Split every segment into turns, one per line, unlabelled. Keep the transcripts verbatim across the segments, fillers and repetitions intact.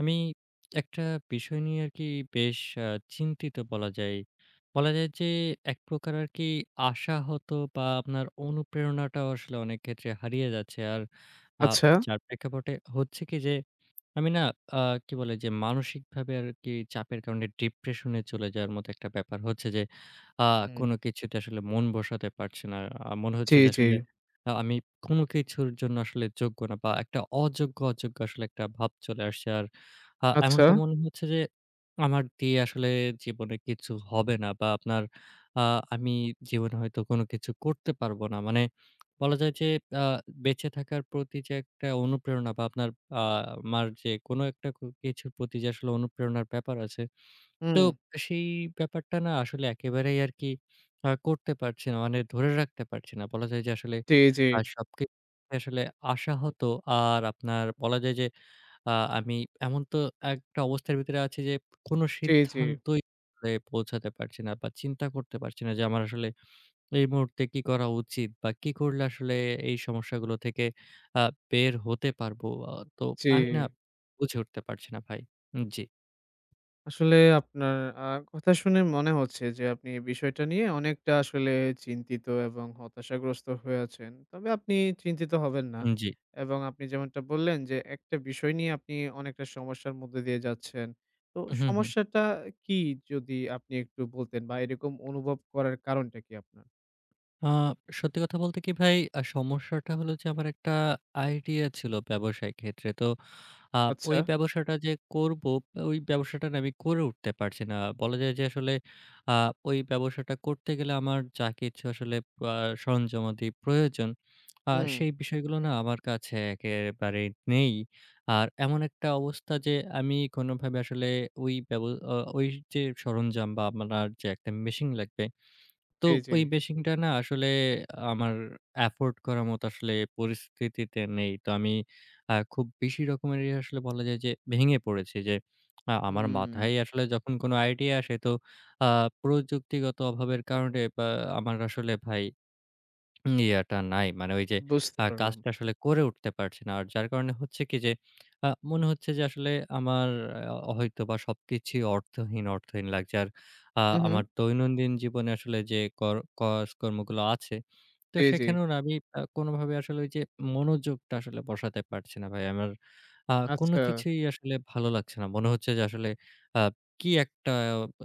আমি একটা বিষয় নিয়ে আরকি বেশ আ চিন্তিত বলা যায়। বলা যায় যে এক প্রকার আরকি আশাহত বা আপনার অনুপ্রেরণাটাও আসলে অনেক ক্ষেত্রে হারিয়ে যাচ্ছে। আর আ
আচ্ছা।
যার প্রেক্ষাপটে হচ্ছে কি যে আমি না আ কি বলে যে মানসিকভাবে আরকি চাপের কারণে ডিপ্রেশন এ চলে যাওয়ার মতো একটা ব্যাপার হচ্ছে যে, আ
হুম।
কোনো কিছুতে আসলে মন বসাতে পারছি না। আ মনে
জি,
হচ্ছে যে
জি।
আসলে আ আমি কোনো কিছুর জন্য আসলে যোগ্য না বা একটা অযোগ্য, অযোগ্য আসলে একটা ভাব চলে আসছে। আর আ
আচ্ছা।
এমনটা মনে হচ্ছে যে আমার দিয়ে আসলে জীবনে কিছু হবে না বা আপনার আ আমি জীবনে হয়তো কোনো কিছু করতে পারব না। মানে বলা যায় যে আ বেঁচে থাকার প্রতি যে একটা অনুপ্রেরণা বা আপনার আ আমার যে কোনো একটা কু কিছুর প্রতি যে আসলে অনুপ্রেরণার ব্যাপার আছে। তো
হুম।
সেই ব্যাপারটা না আসলে একেবারেই আরকি আ করতে পারছি না। মানে ধরে রাখতে পারছি না। বলা যায় যে আসলে
জি, জি,
আ সবকিছু আসলে আশাহত আর আপনার বলা যায় যে আ আমি এমন তো একটা অবস্থার ভিতরে আছি যে কোনো
জি, জি,
সিদ্ধান্তই আসলে পৌঁছাতে পারছি না বা চিন্তা করতে পারছি না যে আমার আসলে এই মুহূর্তে কি করা উচিত বা কি করলে আসলে এই সমস্যাগুলো থেকে আ বের হতে পারবো? আ তো
জি।
আমি না বুঝে উঠতে পারছি না ভাই। জি,
আসলে আপনার আ কথা শুনে মনে হচ্ছে যে আপনি এই বিষয়টা নিয়ে অনেকটা আসলে চিন্তিত এবং হতাশাগ্রস্ত হয়ে আছেন। তবে আপনি চিন্তিত হবেন না।
জি।
এবং আপনি যেমনটা বললেন যে একটা বিষয় নিয়ে আপনি অনেকটা সমস্যার মধ্যে দিয়ে যাচ্ছেন। তো
হুম, হুম।
সমস্যাটা কি যদি আপনি একটু বলতেন বা এরকম অনুভব করার কারণটা কি আপনার?
আ সত্যি কথা বলতে কি ভাই, আ সমস্যাটা হলো যে আমার একটা আইডিয়া ছিল ব্যবসায় ক্ষেত্রে। তো আ
আচ্ছা।
ওই ব্যবসাটা যে করব, ওই ব্যবসাটা না আমি করে উঠতে পারছি না। বলা যায় যে আসলে আ ওই ব্যবসাটা করতে গেলে আমার যা কিছু আসলে আ সরঞ্জামাদি প্রয়োজন, আ
হুম।
সেই বিষয়গুলো না আমার কাছে একেবারেই নেই। আর এমন একটা অবস্থা যে আমি কোনোভাবে আসলে ওই ব্যব আ ওই যে সরঞ্জাম বা আপনার যে একটা মেশিন লাগবে। তো
জি, জি।
ওই বেশিংটা না আসলে আমার এফোর্ড করার মতো আসলে পরিস্থিতিতে নেই। তো আমি আ খুব বেশি রকমেরই আসলে বলা যায় যে ভেঙে পড়েছি যে আ আমার
হুম।
মাথায় আসলে যখন কোনো আইডিয়া আসে তো আ প্রযুক্তিগত অভাবের কারণে বা আমার আসলে ভাই ইয়েটা নাই। মানে ওই যে
বুঝতে
আ
পারলাম।
কাজটা আসলে করে উঠতে পারছি না। আর যার কারণে হচ্ছে কি যে আ মনে হচ্ছে যে আসলে আমার আ হয়তোবা সবকিছুই অর্থহীন, অর্থহীন লাগছে। আর আ
হু, হু।
আমার দৈনন্দিন জীবনে আসলে যে কর কাজকর্মগুলো আছে, তো
জি, জি।
সেখানেও না আমি আ কোনোভাবে আসলে ওই যে মনোযোগটা আসলে বসাতে পারছি না ভাই। আমার আ কোনো
আচ্ছা,
কিছুই আসলে ভালো লাগছে না। মনে হচ্ছে যে আসলে আ কি একটা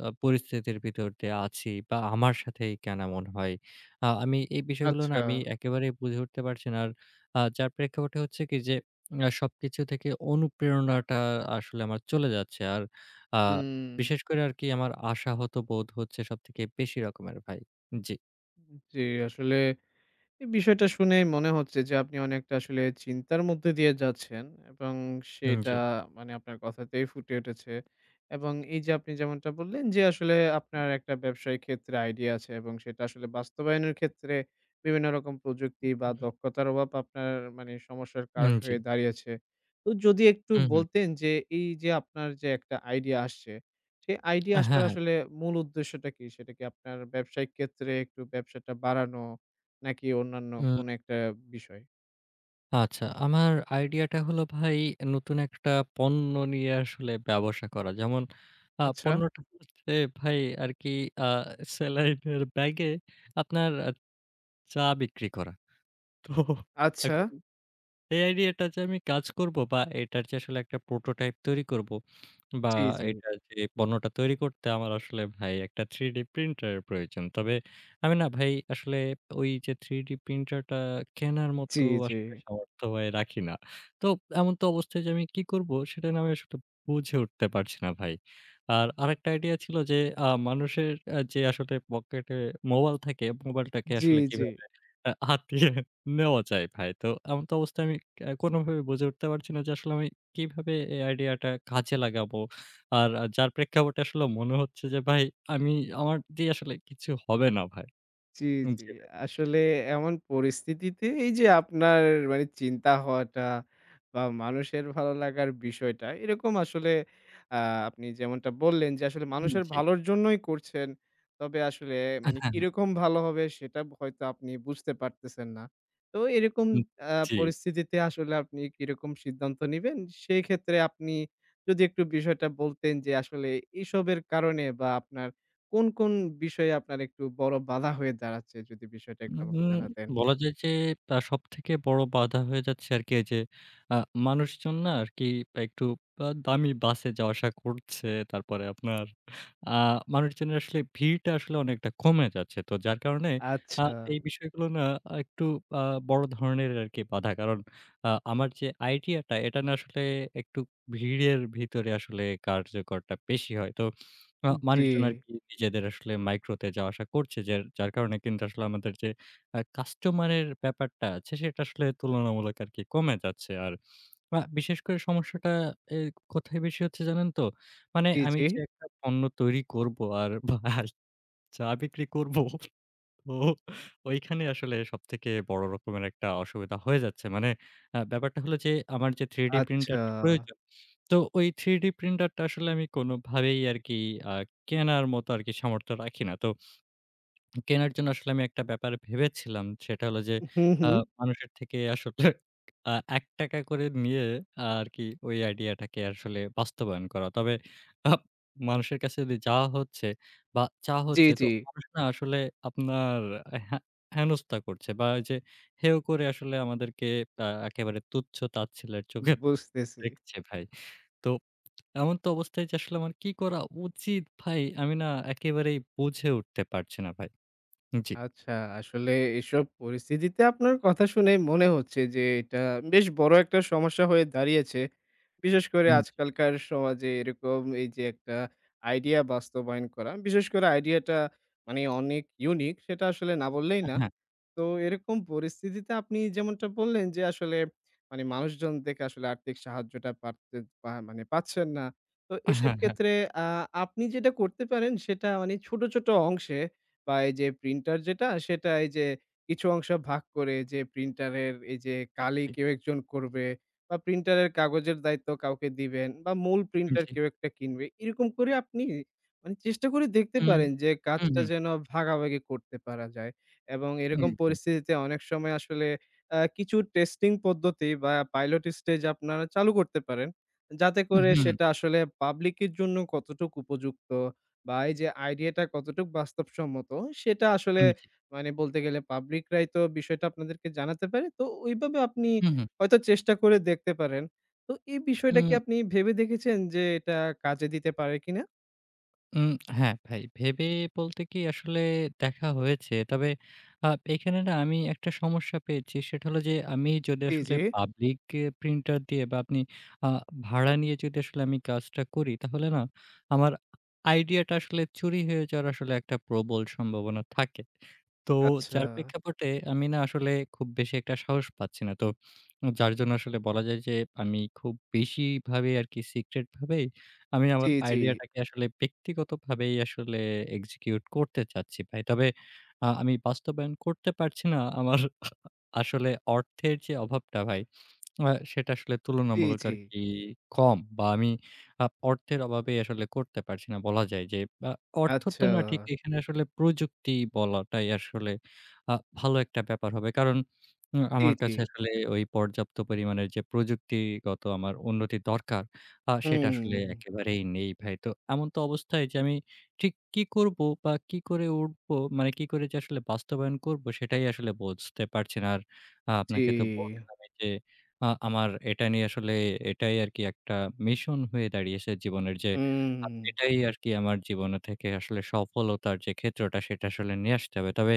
আ পরিস্থিতির ভিতর দিয়ে আছি বা আমার সাথেই কেন এমন হয়? আ আমি এই বিষয়গুলো না
আচ্ছা।
আমি একেবারেই বুঝে উঠতে পারছি না। আর আ যার প্রেক্ষাপটে হচ্ছে কি যে আ সবকিছু থেকে অনুপ্রেরণাটা আসলে আমার চলে যাচ্ছে। আর আ
হুম।
বিশেষ করে আরকি আমার আশাহত বোধ হচ্ছে সবথেকে বেশি রকমের ভাই। জি,
জি, আসলে, এই বিষয়টা শুনেই মনে হচ্ছে যে আপনি অনেকটা আসলে চিন্তার মধ্যে দিয়ে যাচ্ছেন এবং
উম
সেটা
জি,
মানে আপনার কথাতেই ফুটে উঠেছে। এবং এই যে আপনি যেমনটা বললেন যে আসলে আপনার একটা ব্যবসায়িক ক্ষেত্রে আইডিয়া আছে এবং সেটা আসলে বাস্তবায়নের ক্ষেত্রে বিভিন্ন রকম প্রযুক্তি বা দক্ষতার অভাব আপনার মানে সমস্যার
উম
কারণ
জি,
হয়ে দাঁড়িয়েছে। তো যদি একটু
হুম, হুম।
বলতেন যে এই যে আপনার যে একটা আইডিয়া আসছে, সেই আইডিয়া
হ্যাঁ,
আসার
হ্যাঁ।
আসলে মূল উদ্দেশ্যটা কি? সেটা কি আপনার ব্যবসায়িক ক্ষেত্রে একটু ব্যবসাটা বাড়ানো? নাকি অন্যান্য
উম
কোনো একটা বিষয়?
আচ্ছা, আমার আইডিয়াটা হলো ভাই নতুন একটা পণ্য নিয়ে আসলে ব্যবসা করা। যেমন আ
আচ্ছা,
পণ্যটা হচ্ছে ভাই আরকি আ স্যালাইনের ব্যাগে আপনার চা বিক্রি করা। তো
আচ্ছা।
এখন এই আইডিয়াটা যে আমি কাজ করব বা এটার যে আসলে একটা প্রোটোটাইপ তৈরি করব। বা
জি, জি,
এটা যে পণ্যটা তৈরি করতে আমার আসলে ভাই একটা থ্রি ডি প্রিন্টারের প্রয়োজন। তবে আমি না ভাই আসলে ওই যে থ্রি ডি প্রিন্টারটা কেনার
জি, জি,
মতো
জি।
আসলে সামর্থ্য ভাই রাখি না। তো এমন তো অবস্থায় যে আমি কি করব সেটা না আমি আসলে বুঝে উঠতে পারছি না ভাই। আর আরেকটা আইডিয়া ছিল যে আ মানুষের আ যে আসলে পকেটে মোবাইল থাকে, মোবাইলটাকে আসলে
জি
কিভাবে আ হাতিয়ে নেওয়া যায় ভাই। তো এমন তো অবস্থায় আমি আ কোনোভাবে বুঝে উঠতে পারছি না যে আসলে আমি কিভাবে এই আইডিয়াটা কাজে লাগাবো? আর আ যার প্রেক্ষাপটে আসলে মনে হচ্ছে যে ভাই আমি আমার দিয়ে আসলে কিছু হবে না ভাই।
জি, জি।
জি ভাই।
আসলে এমন পরিস্থিতিতে এই যে আপনার মানে চিন্তা হওয়াটা বা মানুষের ভালো লাগার বিষয়টা এরকম আসলে আ আপনি যেমনটা বললেন যে আসলে মানুষের
জি।
ভালোর জন্যই করছেন। তবে আসলে
হ্যাঁ,
মানে
হ্যাঁ।
কিরকম ভালো হবে সেটা হয়তো আপনি বুঝতে পারতেছেন না। তো এরকম আ
জি।
পরিস্থিতিতে আসলে আপনি কিরকম সিদ্ধান্ত নিবেন? সেক্ষেত্রে আপনি যদি একটু বিষয়টা বলতেন যে আসলে এসবের কারণে বা আপনার কোন, কোন বিষয়ে আপনার একটু বড় বাধা হয়ে দাঁড়াচ্ছে যদি বিষয়টা একটু আমাকে
উম
জানাতেন?
বলা যায় যে আ সবথেকে বড় বাধা হয়ে যাচ্ছে আরকি এই যে আ মানুষজন না আরকি একটু আ দামি বাসে যাওয়া আসা করছে। তারপরে আপনার আ মানুষজনের আসলে ভিড়টা আসলে অনেকটা কমে যাচ্ছে। তো যার কারণে আ
আচ্ছা।
এই বিষয়গুলো না একটু আ বড় ধরনের আরকি বাধা। কারণ আ আমার যে আইডিয়াটা এটা না আসলে একটু ভিড়ের ভিতরে আসলে কার্যকরটা বেশি হয়। তো আ
জি,
মানুষজন আরকি নিজেদের আসলে মাইক্রোতে যাওয়া আসা করছে। যার যার কারণে কিন্তু আসলে আমাদের যে আ কাস্টমারের ব্যাপারটা আছে সেটা আসলে তুলনামূলক আরকি কমে যাচ্ছে। আর আ বিশেষ করে সমস্যাটা এ কোথায় বেশি হচ্ছে জানেন তো? মানে
জি,
আমি
জি।
যে একটা পণ্য তৈরি করব আর ভাই চা বিক্রি করব, তো ওইখানে আসলে সবথেকে বড় রকমের একটা অসুবিধা হয়ে যাচ্ছে। মানে আ ব্যাপারটা হলো যে আমার যে থ্রি ডি
আচ্ছা।
প্রিন্টারটা প্রয়োজন, তো ওই থ্রি ডি প্রিন্টারটা আসলে আমি কোনোভাবেই আরকি আ কেনার মতো আরকি সামর্থ্য রাখি না। তো কেনার জন্য আসলে আমি একটা ব্যাপার ভেবেছিলাম। সেটা হলো যে
হুম,
আ
হুম।
মানুষের থেকে আসলে আ ৳এক টাকা করে নিয়ে আরকি ওই আইডিয়াটাকে আসলে বাস্তবায়ন করা। তবে আপ মানুষের কাছে যদি যাওয়া হচ্ছে বা চাওয়া
জি,
হচ্ছে তো
জি।
মানুষ না আসলে আপনার হ্যা হেনস্থা করছে বা ওই যে হেয় করে আসলে আমাদেরকে আ একেবারে তুচ্ছ তাচ্ছিল্যের চোখে
বুঝতেছি।
দেখছে ভাই। তো এমন তো অবস্থায় যে আসলে আমার কি করা উচিত ভাই? আমি না একেবারেই বুঝে উঠতে পারছি না ভাই। জি।
আচ্ছা, আসলে এসব পরিস্থিতিতে আপনার কথা শুনে মনে হচ্ছে যে এটা বেশ বড় একটা সমস্যা হয়ে দাঁড়িয়েছে। বিশেষ করে আজকালকার সমাজে এরকম এই যে একটা আইডিয়া বাস্তবায়ন করা। বিশেষ করে আইডিয়াটা মানে অনেক ইউনিক সেটা আসলে না বললেই না।
হ্যাঁ,
তো এরকম পরিস্থিতিতে আপনি যেমনটা বললেন যে, আসলে মানে মানুষজন থেকে আসলে আর্থিক সাহায্যটা পারতে পা মানে পাচ্ছেন না। তো এসব
হ্যাঁ, হ্যাঁ।
ক্ষেত্রে আ আপনি যেটা করতে পারেন সেটা মানে ছোট, ছোট অংশে বা এই যে প্রিন্টার যেটা সেটা এই যে কিছু অংশ ভাগ করে যে প্রিন্টারের এই যে কালি কেউ একজন করবে বা প্রিন্টারের কাগজের দায়িত্ব কাউকে দিবেন বা মূল
জি,
প্রিন্টার
জি।
কেউ একটা কিনবে। এরকম করে আপনি মানে চেষ্টা করে দেখতে
হুম,
পারেন যে
হুম,
কাজটা
হুম,
যেন ভাগাভাগি করতে পারা যায়। এবং
হুম,
এরকম
জি।
পরিস্থিতিতে অনেক সময় আসলে আ কিছু টেস্টিং পদ্ধতি বা পাইলট স্টেজ আপনারা চালু করতে পারেন। যাতে
হুম,
করে
হুম,
সেটা আসলে পাবলিকের জন্য কতটুকু উপযুক্ত বা এই যে আইডিয়াটা কতটুকু বাস্তবসম্মত সেটা আসলে
হুম, জি।
মানে বলতে গেলে পাবলিকরাই তো বিষয়টা আপনাদেরকে জানাতে পারে। তো ওইভাবে আপনি
হুম, হুম।
হয়তো চেষ্টা করে দেখতে পারেন। তো এই বিষয়টা কি
হুম।
আপনি ভেবে দেখেছেন যে এটা কাজে দিতে পারে কিনা?
উম হ্যাঁ, ভাই। ভেবে বলতে কি আসলে দেখা হয়েছে। তবে আ এখানে না আমি একটা সমস্যা পেয়েছি। সেটা হলো যে আমি যদি
জি,
আসলে
জি।
পাবলিক এ প্রিন্টার দিয়ে বা আপনি আ ভাড়া নিয়ে যদি আসলে আমি কাজটা করি তাহলে না আমার আইডিয়াটা আসলে চুরি হয়ে যাওয়ার আসলে একটা প্রবল সম্ভাবনা থাকে। তো
আচ্ছা।
যার প্রেক্ষাপটে আমি না আসলে খুব বেশি একটা সাহস পাচ্ছি না। তো যার জন্য আসলে বলা যায় যে আমি খুব বেশিভাবে আরকি সিক্রেট ভাবে আমি আমার
জি, জি।
আইডিয়াটাকে আসলে ব্যক্তিগতভাবেই আসলে এক্সিকিউট করতে চাচ্ছি ভাই। তবে আ আমি বাস্তবায়ন করতে পারছি না। আমার আসলে অর্থের যে অভাবটা ভাই, আ সেটা আসলে
জি,
তুলনামূলক
জি।
আরকি কম বা আমি আ অর্থের অভাবে আসলে করতে পারছি না বলা যায় যে আ অর্থ তো
আচ্ছা।
না, ঠিক এখানে আসলে প্রযুক্তি বলাটাই আসলে আ ভালো একটা ব্যাপার হবে। কারণ উম
জি,
আমার
জি।
কাছে আসলে ওই পর্যাপ্ত পরিমাণের যে প্রযুক্তিগত আমার উন্নতি দরকার, আ
হুম,
সেটা
হুম,
আসলে
হুম, হুম।
একেবারেই নেই ভাই। তো এমন তো অবস্থায় যে আমি ঠিক কি করব বা কি করে উঠবো, মানে কি করে যে আসলে বাস্তবায়ন করব সেটাই আসলে বুঝতে পারছি না। আর আ
জি।
আপনাকে তো বলছিলামই যে আ আমার এটা নিয়ে আসলে এটাই আরকি একটা মিশন হয়ে দাঁড়িয়েছে জীবনের যে আ
হুম।
এটাই আরকি আমার জীবনে থেকে আসলে সফলতার যে ক্ষেত্রটা সেটা আসলে নিয়ে আসতে হবে। তবে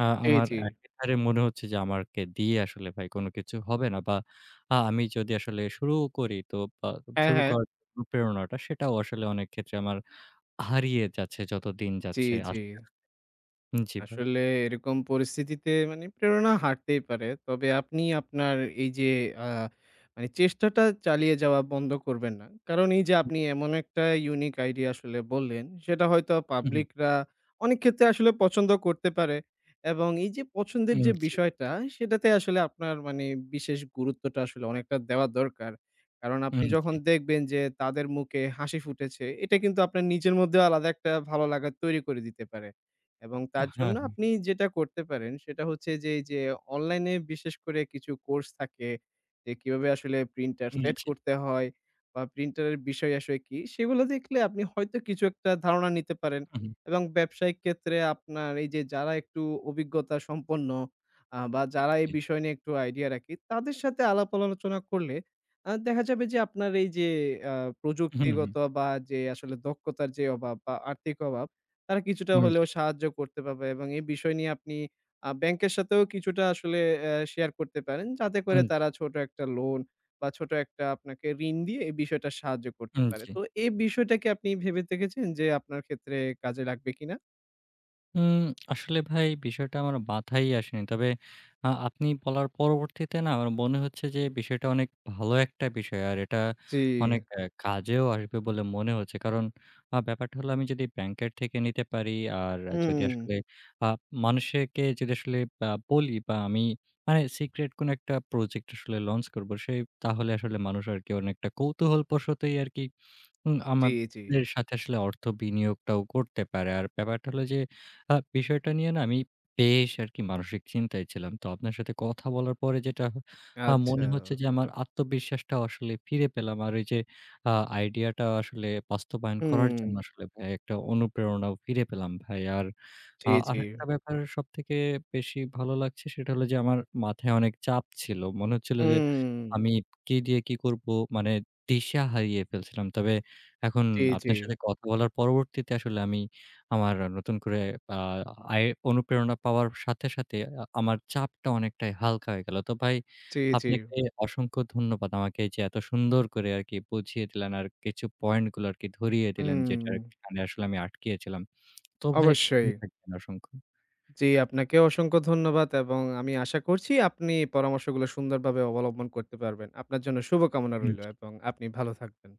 আ
জি,
আমার
জি।
একেধারে মনে হচ্ছে যে আমাকে দিয়ে আসলে ভাই কোনো কিছু হবে না বা আ আমি যদি আসলে শুরুও করি তো আ
হ্যাঁ,
শুরু
হ্যাঁ।
করার অনুপ্রেরণাটা সেটাও আসলে অনেক ক্ষেত্রে আমার হারিয়ে যাচ্ছে যত দিন
জি,
যাচ্ছে
জি।
আস্তে, আস্তে জি ভাই।
আসলে এরকম পরিস্থিতিতে মানে প্রেরণা হারতেই পারে। তবে আপনি আপনার এই যে আ মানে চেষ্টাটা চালিয়ে যাওয়া বন্ধ করবেন না। কারণ এই যে
হু,
আপনি এমন একটা ইউনিক আইডিয়া আসলে বললেন, সেটা হয়তো
হু,
পাবলিকরা অনেক ক্ষেত্রে আসলে পছন্দ করতে পারে এবং এই যে পছন্দের
হুম
যে
জি,
বিষয়টা, সেটাতে আসলে আপনার মানে বিশেষ গুরুত্বটা আসলে অনেকটা দেওয়া দরকার। কারণ আপনি
হুম জি।
যখন দেখবেন যে তাদের মুখে হাসি ফুটেছে, এটা কিন্তু আপনার নিজের মধ্যেও আলাদা একটা ভালো লাগা তৈরি করে দিতে পারে। এবং তার
হ্যাঁ,
জন্য আপনি
হ্যাঁ।
যেটা করতে পারেন সেটা হচ্ছে যে এই যে অনলাইনে বিশেষ করে কিছু কোর্স থাকে যে কিভাবে আসলে প্রিন্টার
হুম
সেট
জি,
করতে হয় বা প্রিন্টারের বিষয় আসলে কি সেগুলো দেখলে আপনি হয়তো কিছু একটা ধারণা নিতে পারেন
হুম,
এবং ব্যবসায়িক ক্ষেত্রে আপনার এই যে যারা একটু অভিজ্ঞতা সম্পন্ন আহ, বা
হুম
যারা এই
জি,
বিষয় নিয়ে একটু আইডিয়া রাখে তাদের সাথে আলাপ আলোচনা করলে আহ, দেখা যাবে যে আপনার এই যে আহ,
হুম, হুম,
প্রযুক্তিগত বা যে আসলে দক্ষতার যে অভাব বা আর্থিক অভাব তারা কিছুটা
হুম।
হলেও সাহায্য করতে পারবে এবং এই বিষয় নিয়ে আপনি আ ব্যাংকের সাথেও কিছুটা আসলে অ্যা শেয়ার করতে পারেন। যাতে করে
উম জি,
তারা ছোট একটা লোন বা ছোট একটা আপনাকে ঋণ দিয়ে এই বিষয়টা সাহায্য করতে
উম
পারে।
জি।
তো এই বিষয়টা কি আপনি ভেবে দেখেছেন যে আপনার ক্ষেত্রে কাজে লাগবে কিনা?
উম আসলে ভাই বিষয়টা আমার মাথায় আসেনি। তবে আ আপনি বলার পরবর্তীতে না আমার মনে হচ্ছে যে বিষয়টা অনেক ভালো একটা বিষয়। আর এটা
জি।
অনেক আ কাজেও আসবে বলে মনে হচ্ছে। কারণ আ ব্যাপারটা হলো আমি যদি ব্যাংকের থেকে নিতে পারি আর যদি
হুম।
আসলে আ মানুষকে যদি আসলে আ বলি বা আমি মানে সিক্রেট কোনো একটা প্রজেক্ট আসলে লঞ্চ করব সেই তাহলে আসলে মানুষ আরকি অনেকটা কৌতূহলবশতই আরকি হুম,
জি, জি।
আমাদের সাথে আসলে অর্থ বিনিয়োগটাও করতে পারে। আর ব্যাপারটা হলো যে আ বিষয়টা নিয়ে না আমি বেশ আরকি মানসিক চিন্তায় ছিলাম। তো আপনার সাথে কথা বলার পরে যেটা আ মনে
আচ্ছা।
হচ্ছে যে আমার আত্মবিশ্বাসটা আসলে ফিরে পেলাম। আর ওই যে আ আইডিয়াটা আসলে বাস্তবায়ন করার
হুম।
জন্য আসলে ভাই একটা অনুপ্রেরণাও ফিরে পেলাম ভাই। আর আ
জি, জি।
আরেকটা ব্যাপার সবথেকে বেশি ভালো লাগছে সেটা হলো যে আমার মাথায় অনেক চাপ ছিল। মনে হচ্ছিল যে
হুম।
আমি কি দিয়ে কি করব, মানে দিশা হারিয়ে ফেলছিলাম। তবে এখন
জি, জি।
আপনার সাথে কথা বলার পরবর্তীতে আসলে আমি আমার নতুন করে আ আয়ে অনুপ্রেরণা পাওয়ার সাথে, সাথে আ আমার চাপটা অনেকটাই হালকা হয়ে গেল। তো ভাই
জি, জি।
আপনাকে অসংখ্য ধন্যবাদ। আমাকে এই যে এত সুন্দর করে আরকি বুঝিয়ে দিলেন আর কিছু পয়েন্ট গুলো আরকি ধরিয়ে দিলেন যেটার
হুম।
খানে আসলে আমি আটকিয়েছিলাম। তো ভাই
অবশ্যই।
ভালো থাকবেন অসংখ্য।
জি, আপনাকেও অসংখ্য ধন্যবাদ এবং আমি আশা করছি আপনি পরামর্শগুলো সুন্দরভাবে অবলম্বন করতে পারবেন। আপনার জন্য শুভকামনা
জি।
রইলো এবং আপনি ভালো থাকবেন।